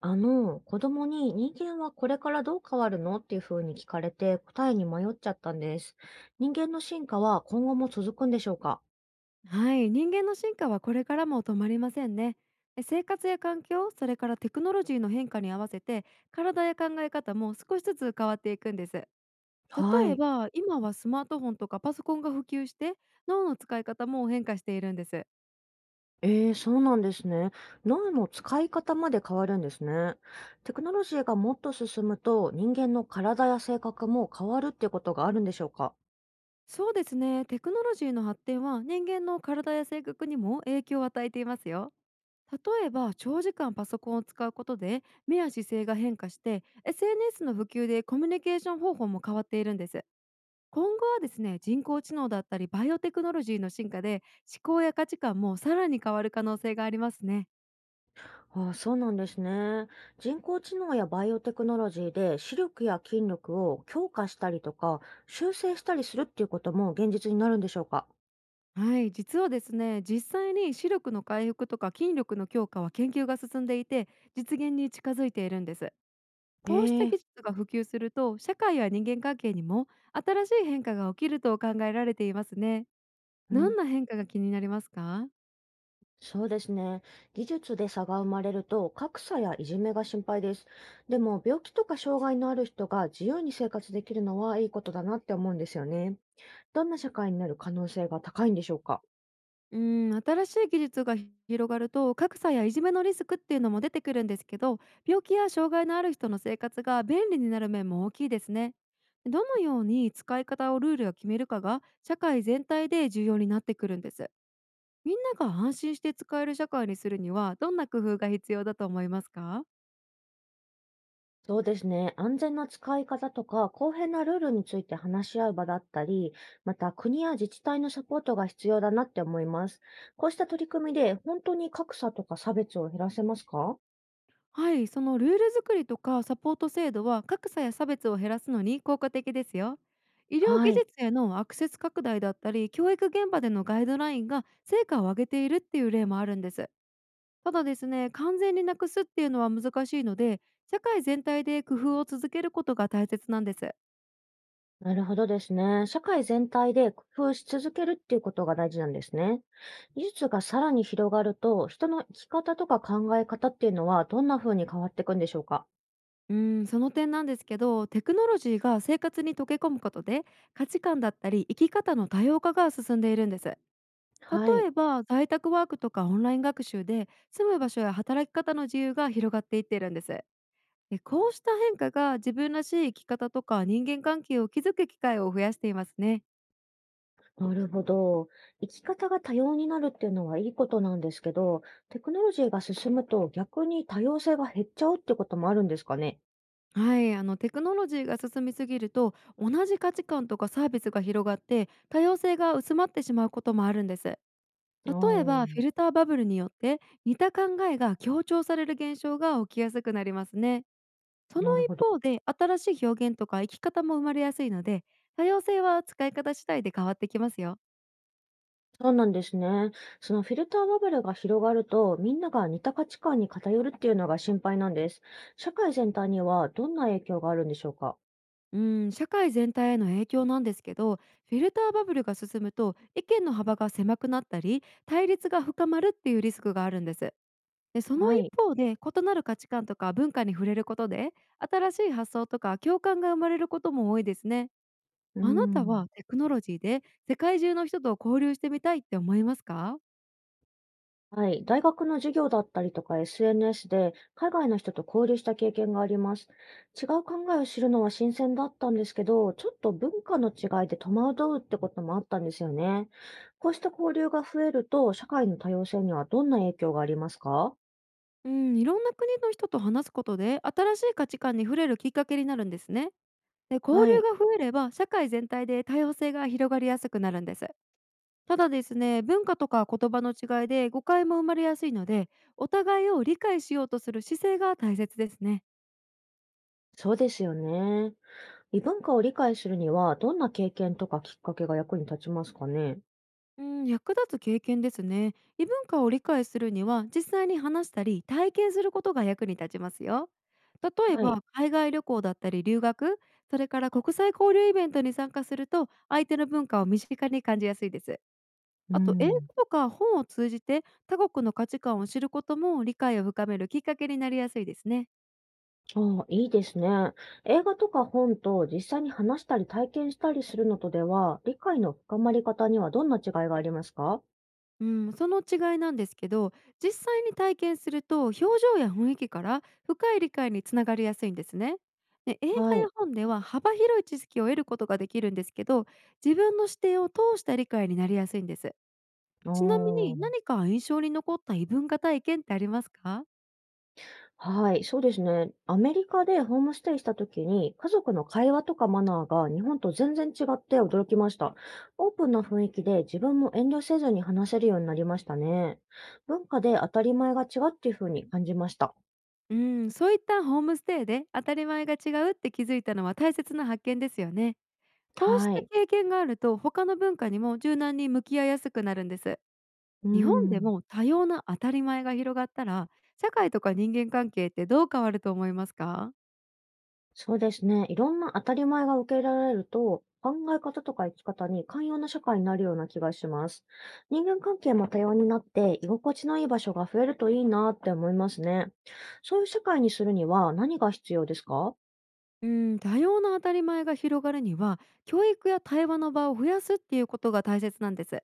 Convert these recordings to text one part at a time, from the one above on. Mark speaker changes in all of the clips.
Speaker 1: 子供に人間はこれからどう変わるのっていうふうに聞かれて答えに迷っちゃったんです。人間の進化は今後も続くんでしょうか？
Speaker 2: はい、人間の進化はこれからも止まりませんね。生活や環境、それからテクノロジーの変化に合わせて、体や考え方も少しずつ変わっていくんです。例
Speaker 1: は
Speaker 2: え
Speaker 1: い。
Speaker 2: ば、今はスマートフォンとかパソコンが普及して、脳の使い方も変化しているんです。
Speaker 1: そうなんですね。脳の使い方まで変わるんですね。テクノロジーがもっと進むと人間の体や性格も変わるっていうことがあるんでしょうか？
Speaker 2: そうですね、テクノロジーの発展は人間の体や性格にも影響を与えていますよ。例えば、長時間パソコンを使うことで、目や姿勢が変化して、SNS の普及でコミュニケーション方法も変わっているんです。今後はですね、人工知能だったりバイオテクノロジーの進化で思考や価値観もさらに変わる可能性がありますね。
Speaker 1: ああ、そうなんですね。人工知能やバイオテクノロジーで視力や筋力を強化したりとか修正したりするっていうことも現実になるんでしょうか？
Speaker 2: はい、実はですね、実際に視力の回復とか筋力の強化は研究が進んでいて、実現に近づいているんです。
Speaker 1: え
Speaker 2: こうした
Speaker 1: え、
Speaker 2: 技術が普及すると、社会や人間関係にも新しい変化が起きると考えられていますね。
Speaker 1: う
Speaker 2: ど
Speaker 1: ん。
Speaker 2: んな変化が気になりますか？
Speaker 1: そうですね。技術で差が生まれると格差やいじめが心配です。でも病気とか障害のある人が自由に生活できるのはいいことだなって思うんですよね。どんな社会になる可能性が高いんでしょうか？
Speaker 2: うん、新しい技術が広がると格差やいじめのリスクっていうのも出てくるんですけど、病気や障害のある人の生活が便利になる面も大きいですね。どのように使い方をルールが決めるかが社会全体で重要になってくるんです。みんなが安心して使える社会にするにはどんな工夫が必要だと思いますか？
Speaker 1: そうですね。安全な使い方とか公平なルールについて話し合う場だったり、また国や自治体のサポートが必要だなって思います。こうした取り組みで本当に格差とか差別を減らせますか？
Speaker 2: はい、そのルール作りとかサポート制度は格差や差別を減らすのに効果的ですよ。医療
Speaker 1: は
Speaker 2: 技
Speaker 1: い。
Speaker 2: 術へのアクセス拡大だったり教育現場でのガイドラインが成果を上げているっていう例もあるんです。ただですね、完全になくすっていうのは難しいので、社会全体で工夫を続けることが大切なんです。
Speaker 1: なるほどですね。社会全体で工夫し続けるっていうことが大事なんですね。技術がさらに広がると、人の生き方とか考え方っていうのはどんな風に変わっていくんでしょうか？
Speaker 2: うん、その点なんですけど、テクノロジーが生活に溶け込むことで価値観だったり生き方の多様化が進んでいるんです。例
Speaker 1: はい。
Speaker 2: えば在宅ワークとかオンライン学習で住む場所や働き方の自由が広がっていっているんです。で、こうした変化が自分らしい生き方とか人間関係を築く機会を増やしていますね。
Speaker 1: なるほど。生き方が多様になるっていうのはいいことなんですけど、テクノロジーが進むと逆に多様性が減っちゃうってこともあるんですかね？
Speaker 2: はい、あのテクノロジーが進みすぎると同じ価値観とかサービスが広がって多様性が薄まってしまうこともあるんです。例
Speaker 1: う
Speaker 2: えばフィ
Speaker 1: ん。
Speaker 2: ルターバブルによって似た考えが強調される現象が起きやすくなりますね。その
Speaker 1: なる
Speaker 2: 一
Speaker 1: ほど。
Speaker 2: 方で、新しい表現とか生き方も生まれやすいので、多様性は使い方次第で変わってきますよ。
Speaker 1: そうなんですね。そのフィルターバブルが広がると、みんなが似た価値観に偏るっていうのが心配なんです。社会全体にはどんな影響があるんでしょうか？
Speaker 2: うん、社会全体への影響なんですけど、フィルターバブルが進むと意見の幅が狭くなったり、対立が深まるっていうリスクがあるんです。で、その
Speaker 1: は
Speaker 2: 一
Speaker 1: い。
Speaker 2: 方で、異なる価値観とか文化に触れることで、新しい発想とか共感が生まれることも多いですね。
Speaker 1: う
Speaker 2: あなた
Speaker 1: ん。
Speaker 2: はテクノロジーで世界中の人と交流してみたいって思いますか？
Speaker 1: はい。大学の授業だったりとか SNS で海外の人と交流した経験があります。違う考えを知るのは新鮮だったんですけど、ちょっと文化の違いで戸惑うってこともあったんですよね。こうした交流が増えると、社会の多様性にはどんな影響がありますか？
Speaker 2: うん、いろんな国の人と話すことで新しい価値観に触れるきっかけになるんですね。で、交
Speaker 1: は
Speaker 2: 流
Speaker 1: い。
Speaker 2: が増えれば社会全体で多様性が広がりやすくなるんです。ただですね、文化とか言葉の違いで誤解も生まれやすいので、お互いを理解しようとする姿勢が大切ですね。
Speaker 1: そうですよね。異文化を理解するには、どんな経験とかきっかけが役に立ちますかね？
Speaker 2: うん、役立つ経験ですね。異文化を理解するには実際に話したり体験することが役に立ちますよ。例え
Speaker 1: はい。
Speaker 2: ば海外旅行だったり留学、それから国際交流イベントに参加すると相手の文化を身近に感じやすいです。
Speaker 1: う
Speaker 2: あと英語
Speaker 1: ん。
Speaker 2: とか本を通じて他国の価値観を知ることも理解を深めるきっかけになりやすいですね。
Speaker 1: ああ、いいですね。映画とか本と実際に話したり体験したりするのとでは、理解の深まり方にはどんな違いがありますか？
Speaker 2: うん、その違いなんですけど、実際に体験すると表情や雰囲気から深い理解につながりやすいんですね。で、映画
Speaker 1: は
Speaker 2: や
Speaker 1: い。
Speaker 2: 本では幅広い知識を得ることができるんですけど、自分の視点を通した理解になりやすいんです。
Speaker 1: あ
Speaker 2: ちなみに
Speaker 1: あ。
Speaker 2: 何か印象に残った異文化体験ってありますか？
Speaker 1: はい、そうですね。アメリカでホームステイした時に、家族の会話とかマナーが日本と全然違って驚きました。オープンな雰囲気で自分も遠慮せずに話せるようになりましたね。文化で当たり前が違うっていうふうに感じました。
Speaker 2: うん、そういったホームステイで当たり前が違うって気づいたのは大切な発見ですよね。こうし
Speaker 1: は
Speaker 2: た
Speaker 1: い。
Speaker 2: 経験があると他の文化にも柔軟に向き合いやすくなるんです。
Speaker 1: う
Speaker 2: 日本で
Speaker 1: ん。
Speaker 2: も多様な当たり前が広がったら、社会とか人間関係ってどう変わると思いますか？
Speaker 1: そうですね。いろんな当たり前が受け入れられると、考え方とか生き方に寛容な社会になるような気がします。人間関係も多様になって、居心地のいい場所が増えるといいなって思いますね。そういう社会にするには何が必要ですか？
Speaker 2: うん、多様な当たり前が広がるには、教育や対話の場を増やすっていうことが大切なんです。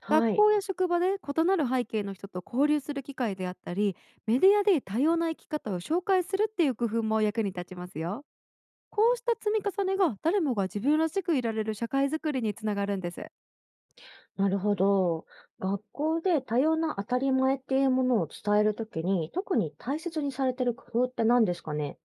Speaker 1: は
Speaker 2: 学
Speaker 1: い。
Speaker 2: 校や職場で異なる背景の人と交流する機会であったり、メディアで多様な生き方を紹介するっていう工夫も役に立ちますよ。こうした積み重ねが誰もが自分らしくいられる社会づくりにつながるんです。
Speaker 1: なるほど。学校で多様な当たり前っていうものを伝えるときに、特に大切にされてる工夫って何ですかね？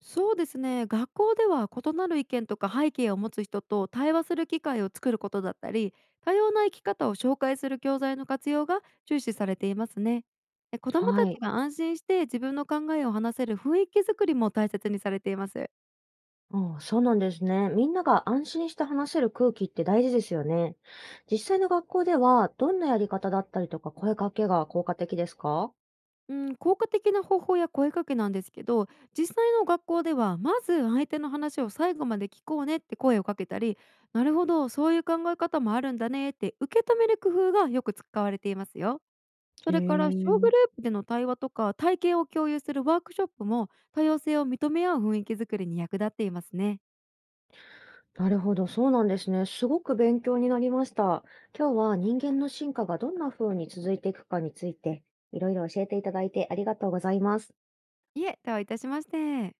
Speaker 2: そうですね、学校では異なる意見とか背景を持つ人と対話する機会を作ることだったり、多様な生き方を紹介する教材の活用が重視されていますね。で、子どもた
Speaker 1: は
Speaker 2: ち
Speaker 1: い。
Speaker 2: が安心して自分の考えを話せる雰囲気作りも大切にされています。
Speaker 1: うん、そうなんですね。みんなが安心して話せる空気って大事ですよね。実際の学校では、どんなやり方だったりとか声かけが効果的ですか？
Speaker 2: うん、効果的な方法や声かけなんですけど、実際の学校ではまず相手の話を最後まで聞こうねって声をかけたり、なるほどそういう考え方もあるんだねって受け止める工夫がよく使われていますよ。そ
Speaker 1: へ
Speaker 2: れから小グ
Speaker 1: え。
Speaker 2: ループでの対話とか体験を共有するワークショップも多様性を認め合う雰囲気づくりに役立っていますね。
Speaker 1: なるほど、そうなんですね。すごく勉強になりました。今日は人間の進化がどんな風に続いていくかについて、いろいろ教えていただいてありがとうございます。
Speaker 2: いえ、どういたしまして。